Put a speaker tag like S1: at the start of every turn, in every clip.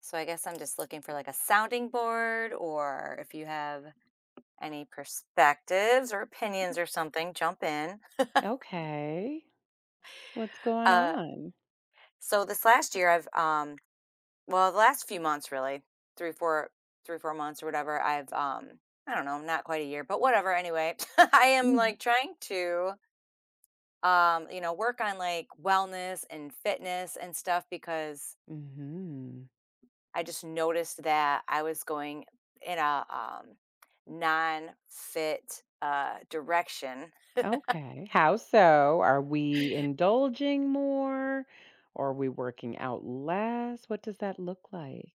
S1: So I guess I'm just looking for like a sounding board, or if you have any perspectives or opinions or something, jump in.
S2: Okay. What's going
S1: Uh
S2: on?
S1: so this last year I've the last few months really, three, four three, four months or whatever, I don't know, not quite a year, but whatever anyway. I am
S2: Mm.
S1: like trying to work on like wellness and fitness and stuff because
S2: Mhm.
S1: I just noticed that I was going in a non fit direction.
S2: Okay. How so? Are we indulging more? Or are we working out less? What does that look like?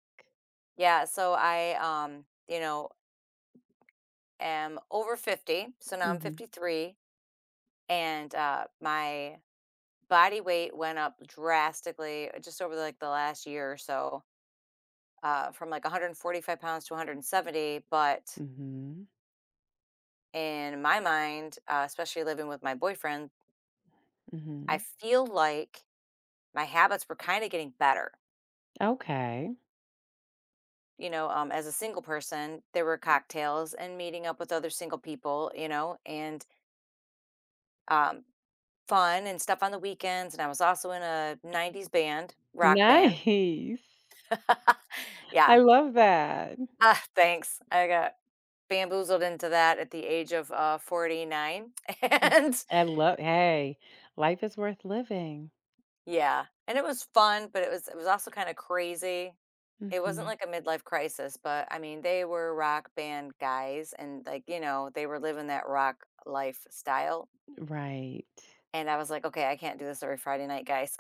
S1: Yeah. So I am over 50. So now I'm
S2: Mhm.
S1: 53. And my body weight went up drastically just over like the last year or so, from like 145 pounds to 170. But
S2: Mhm.
S1: in my mind, especially living with my boyfriend, I
S2: Mhm.
S1: feel like my habits were kind of getting better.
S2: Okay.
S1: As a single person, there were cocktails and meeting up with other single people, you know, and um, fun and stuff on the weekends. And I was also in a 90s band, rock band.
S2: Nice. I
S1: Yeah.
S2: love that.
S1: Ah, thanks. I got bamboozled into that at the age of 49.
S2: Mm.
S1: And
S2: I love hey, life is worth living.
S1: yeah, and it was fun, but it was also kind of crazy. It wasn't
S2: Mhm.
S1: like a midlife crisis, but I mean, they were rock band guys and, like, you know, they were living that rock lifestyle.
S2: Right.
S1: And I was like, "Okay, I can't do this every Friday night, guys."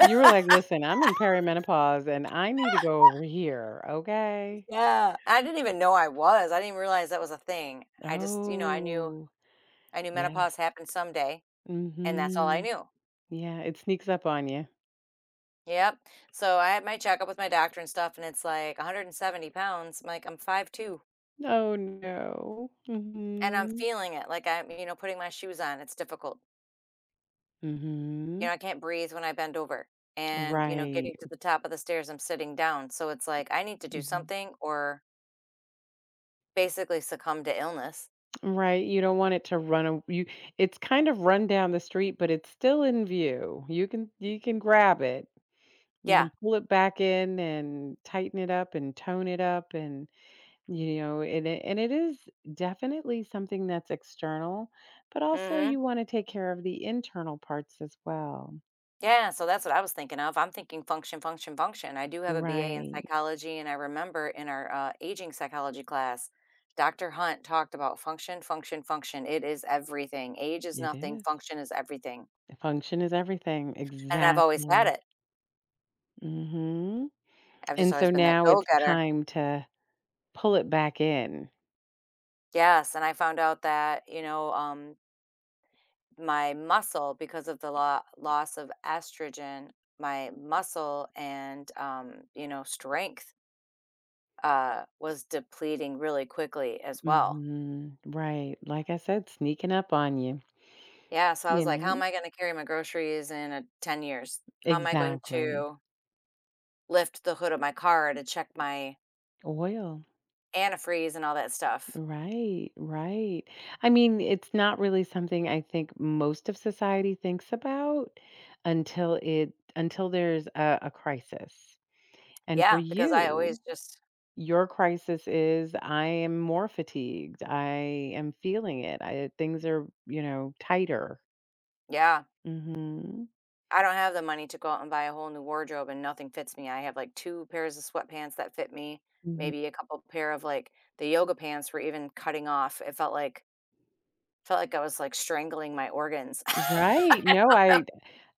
S2: You were like, "Listen, I'm in perimenopause and I need to go over here, okay?"
S1: Yeah. I didn't even realize that was a thing. I just, you know,
S2: Oh,
S1: I knew
S2: yes.
S1: menopause happened someday, and that's all I
S2: Mhm.
S1: knew.
S2: Yeah, it sneaks up on you.
S1: Yep. So I had my checkup with my doctor and stuff, and it's like 170 pounds. I'm like, "I'm 5'2",
S2: Oh, no.
S1: and I'm
S2: Mhm.
S1: feeling it. Like, I'm, you know, putting my shoes on, it's difficult. You
S2: Mhm.
S1: know, I can't breathe when I bend over, and, you know, getting
S2: Right.
S1: to the top of the stairs, I'm sitting down, so it's like, I need to do
S2: Mhm.
S1: something or basically succumb to illness."
S2: Right, you don't want it to run a you. It's kind of run down the street, but it's still in view. You can grab it. You
S1: Yeah.
S2: can pull it back in and tighten it up and tone it up. And you know, and it is definitely something that's external, but also
S1: Mhm.
S2: you want to take care of the internal parts as well.
S1: Yeah, so that's what I was thinking of. I'm thinking function, function, function. I do have a BA in
S2: Right,
S1: psychology, and I remember in our aging psychology class, Dr. Hunt talked about function, function, function. It is everything. Age is
S2: it
S1: nothing,
S2: is.
S1: function is everything.
S2: Function is everything,
S1: And I've always had
S2: exactly.
S1: it.
S2: Hmm.
S1: I've just
S2: And so
S1: always been that
S2: now
S1: go
S2: it's
S1: getter.
S2: time to pull it back in.
S1: Yes. And I found out that, you know, my muscle, because of the loss of estrogen, my muscle and, strength was depleting really quickly as well.
S2: Hmm, right, like I said, sneaking up on you.
S1: Yeah, so I was
S2: You
S1: like, how am
S2: know,
S1: I gonna carry my groceries in a 10 years? How am I going
S2: exactly.
S1: to lift the hood of my car to check my
S2: Oil.
S1: antifreeze and all that stuff?
S2: Right, right. I mean, it's not really something I think most of society thinks about until it until there's a crisis. And for
S1: Yeah, because I always
S2: you,
S1: just
S2: your crisis is I am more fatigued. I am feeling it. I things are, you know, tighter.
S1: Yeah,
S2: Mhm.
S1: I don't have the money to go out and buy a whole new wardrobe and nothing fits me. I have like 2 pairs of sweatpants that fit me,
S2: Mhm.
S1: maybe a couple pair of like the yoga pants were even cutting off. It felt like I was like strangling my organs.
S2: Right. No, I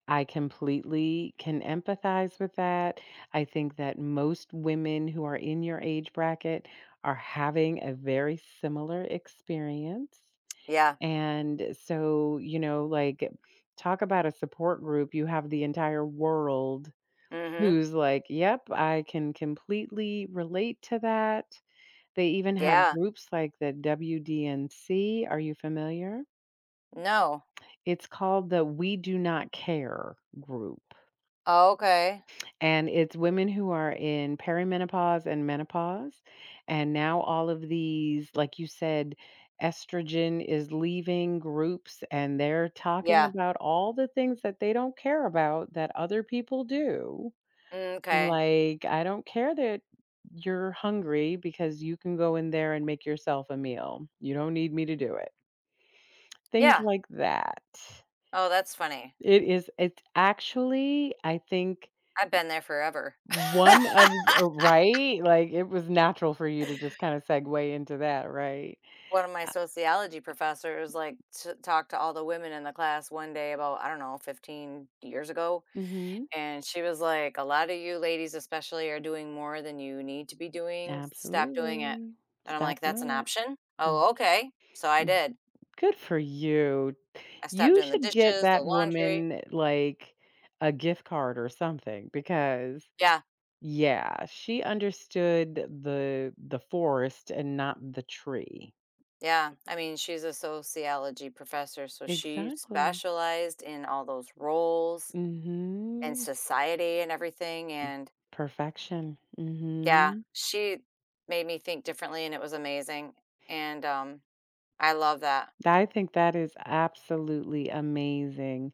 S2: I completely can empathize with that. I think that most women who are in your age bracket are having a very similar experience.
S1: Yeah.
S2: And so, you know, like, talk about a support group. You have the entire world
S1: Mhm.
S2: who's like, yep, I can completely relate to that. They even have
S1: Yeah.
S2: groups like the WDNC. Are you familiar?
S1: No.
S2: It's called the We Do Not Care group.
S1: Oh, okay.
S2: And it's women who are in perimenopause and menopause. And now all of these, like you said, estrogen is leaving groups, and they're talking
S1: Yeah.
S2: about all the things that they don't care about that other people do.
S1: Mm, okay.
S2: Like, I don't care that you're hungry, because you can go in there and make yourself a meal. You don't need me to do it. Things
S1: Yeah.
S2: like that.
S1: Oh, that's funny.
S2: It is, it's actually, I think,
S1: I've been there forever.
S2: one of right? Like, it was natural for you to just kinda segue into that, right?
S1: One of my
S2: Uh
S1: sociology professors like talked to all the women in the class one day about, I don't know, 15 years ago,
S2: mhm.
S1: and she was like, a lot of you ladies especially are doing more than you need to be doing, stop doing it.
S2: Absolutely.
S1: And I'm like,
S2: Stop
S1: that's an
S2: doing it.
S1: option,
S2: Mm,
S1: oh, okay. So I
S2: mm.
S1: did.
S2: Good for you.
S1: I stopped
S2: You
S1: doing the
S2: should get
S1: dishes, the
S2: that
S1: laundry.
S2: woman, like, a gift card or something, because
S1: Yeah,
S2: yeah, she understood the forest and not the tree.
S1: yeah, I mean, she's a sociology professor, so she
S2: Exactly.
S1: specialized in all those roles and
S2: Mhm.
S1: society and everything. And
S2: Perfection.
S1: yeah,
S2: Mhm.
S1: she made me think differently, and it was amazing, and, um, I love that.
S2: I think that is absolutely amazing.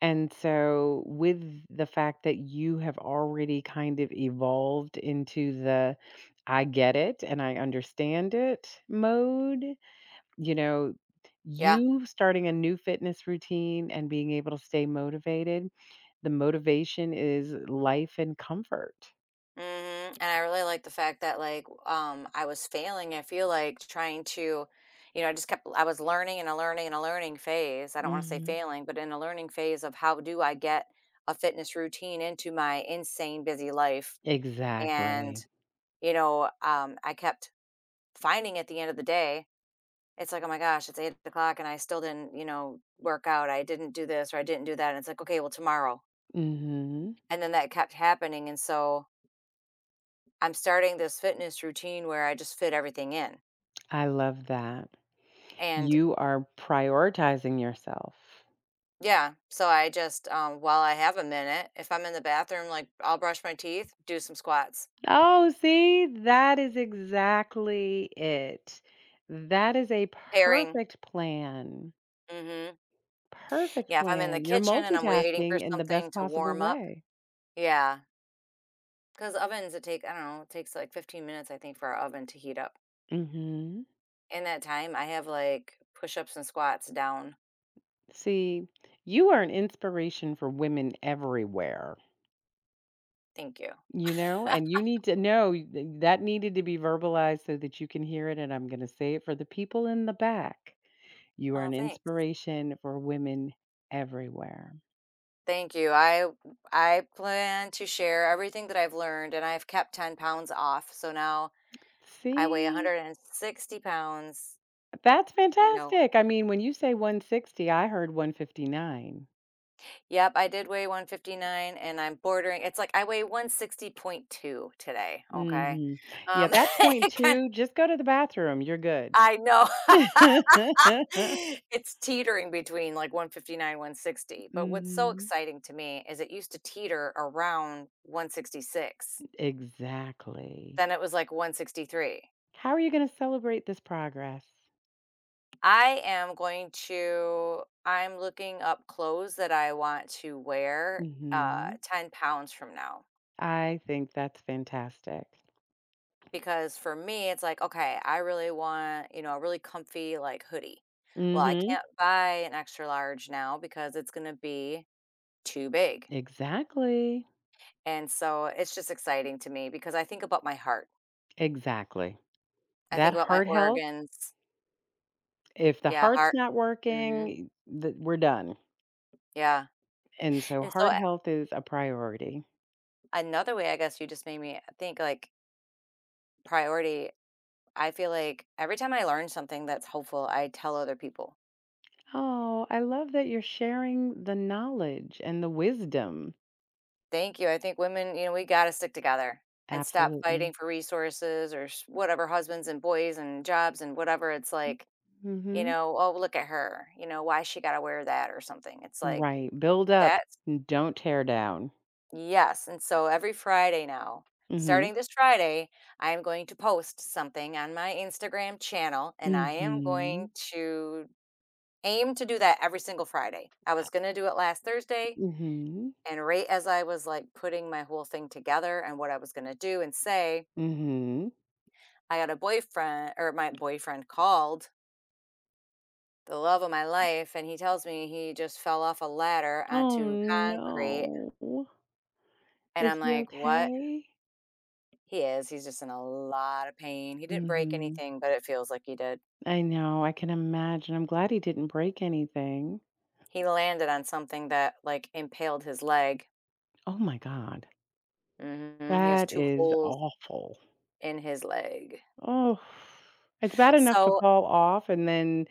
S2: And so, with the fact that you have already kind of evolved into the I get it and I understand it mode, you know,
S1: Yeah,
S2: you starting a new fitness routine and being able to stay motivated, the motivation is life and comfort.
S1: mhm, and I really like the fact that, like, I was failing, I feel like, trying to, you know, I just kept I was learning and a learning and a learning phase. I don't wanna say
S2: Mhm.
S1: failing, but in a learning phase of how do I get a fitness routine into my insane busy life, and,
S2: Exactly.
S1: you know, I kept finding at the end of the day it's like, oh my gosh, it's 8 o'clock and I still didn't, you know, work out. I didn't do this or I didn't do that. And it's like, okay, well, tomorrow.
S2: Mhm.
S1: And then that kept happening. And so I'm starting this fitness routine where I just fit everything in.
S2: I love that.
S1: And
S2: You are prioritizing yourself.
S1: yeah, so I just, while I have a minute, if I'm in the bathroom, like, I'll brush my teeth, do some squats,
S2: Oh, see, that is exactly it. That is a
S1: pairing.
S2: perfect plan.
S1: Hmm.
S2: Perfect
S1: Yeah, if I'm in the
S2: plan. You're
S1: kitchen and I'm waiting for
S2: multitasking in the
S1: something
S2: best
S1: to
S2: possible
S1: warm up,
S2: way.
S1: yeah, because ovens, it take I don't know, it takes like 15 minutes, I think, for our oven to heat up.
S2: Hmm.
S1: In that time, I have, like, push-ups and squats down.
S2: See, you are an inspiration for women everywhere,
S1: Thank you.
S2: you know, and you need to know that needed to be verbalized so that you can hear it. And I'm going to say it for the people in the back. You are
S1: Oh,
S2: an
S1: thanks.
S2: inspiration for women everywhere.
S1: Thank you. I plan to share everything that I've learned, and I've kept 10 pounds off, so now I weigh
S2: See?
S1: 160 pounds,
S2: That's
S1: you know.
S2: fantastic. I mean, when you say 160, I heard 159.
S1: Yep, I did weigh 159, and I'm bordering, it's like I weigh 160.2 today, okay?
S2: Mhm. Yeah,
S1: Um,
S2: that point
S1: it kind
S2: 2, just go to the bathroom, you're good.
S1: I know. It's teetering between, like, 159, 160, but what's so
S2: Mhm.
S1: exciting to me is it used to teeter around 166,
S2: Exactly.
S1: then it was, like, 163.
S2: How are you gonna celebrate this progress?
S1: I am going to I'm looking up clothes that I want to wear,
S2: Mhm.
S1: 10 pounds from now,
S2: I think that's fantastic.
S1: because for me, it's like, "Okay, I really want, you know, a really comfy, like, hoodie." Well, I
S2: Mhm.
S1: can't buy an extra large now because it's gonna be too big.
S2: Exactly.
S1: And so it's just exciting to me because I think about my heart.
S2: Exactly.
S1: I think
S2: That
S1: about my
S2: heart health,
S1: organs.
S2: if the
S1: Yeah,
S2: heart's
S1: heart.
S2: not
S1: Hmm.
S2: working, th we're done.
S1: Yeah.
S2: And so
S1: And so
S2: heart health is a priority.
S1: another way, I guess, you just made me think, like, priority. I feel like every time I learn something that's hopeful, I tell other people,
S2: Oh, I love that you're sharing the knowledge and the wisdom.
S1: thank you. I think women, you know, we got to stick together and stop fighting
S2: Absolutely.
S1: for resources or whatever, husbands and boys and jobs and whatever. It's
S2: M
S1: like, you
S2: Mhm.
S1: know, oh, look at her, you know, why she got to wear that or something. It's like,
S2: Right, build up.
S1: that.
S2: And don't tear down.
S1: Yes, and so every Friday now,
S2: Mhm.
S1: starting this Friday, I am going to post something on my Instagram channel, and I am going
S2: Mhm.
S1: to aim to do that every single Friday. I
S2: Uh,
S1: was going to do it last Thursday,
S2: mhm.
S1: and right as I was like putting my whole thing together and what I was going to do and say,
S2: Mhm.
S1: I got a boyfriend, or my boyfriend called, the love of my life, and he tells me he just fell off a ladder
S2: Oh,
S1: onto concrete.
S2: no.
S1: And
S2: Is
S1: I'm
S2: he
S1: like, what.
S2: okay?
S1: He is, he's just in a lot of pain. He didn't break
S2: Mhm.
S1: anything, but it feels like he did.
S2: I know, I can imagine, I'm glad he didn't break anything.
S1: He landed on something that, like, impaled his leg.
S2: Oh my god.
S1: Mhm, he has
S2: That
S1: 2
S2: is
S1: holes
S2: awful.
S1: in his leg.
S2: Oh, it's bad enough to
S1: So
S2: fall off, and then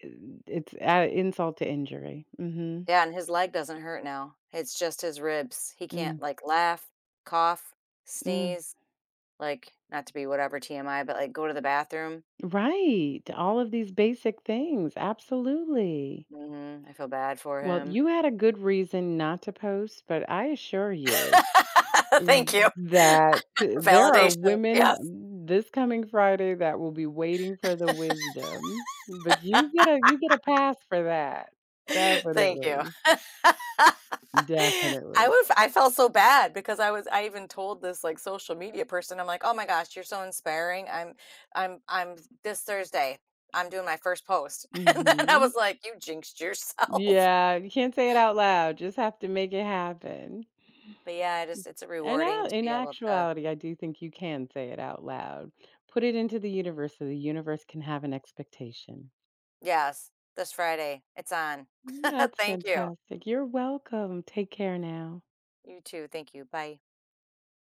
S2: it's add insult to injury. Mhm.
S1: yeah, and his leg doesn't hurt now. It's just his ribs. He can't,
S2: Mm,
S1: like, laugh, cough,
S2: mm.
S1: sneeze, like, not to be whatever, TMI, but, like, go to the bathroom.
S2: Right, all of these basic things, absolutely.
S1: Mhm, I feel bad for
S2: Well,
S1: him.
S2: you had a good reason not to post, but I assure you th
S1: Thank you.
S2: that there are
S1: Validation,
S2: women
S1: yes.
S2: mm, this coming Friday that will be waiting for the wisdom, but you get a pass for that.
S1: Thank you.
S2: Definitely.
S1: I
S2: Definitely.
S1: was, I felt so bad because I was, I even told this like social media person, I'm like, "Oh my gosh, you're so inspiring. I'm this Thursday. I'm doing my first post." And then I
S2: Mhm.
S1: was like, "You jinxed yourself."
S2: Yeah, you can't say it out loud, just have to make it happen.
S1: But yeah, I just, it's
S2: And
S1: rewarding
S2: out
S1: to
S2: in
S1: be able to.
S2: actuality, I do think you can say it out loud. Put it into the universe so the universe can have an expectation.
S1: Yes, this Friday. It's on.
S2: Mm, that's
S1: Thank you.
S2: fantastic. You're welcome. Take care now.
S1: You too. Thank you. Bye.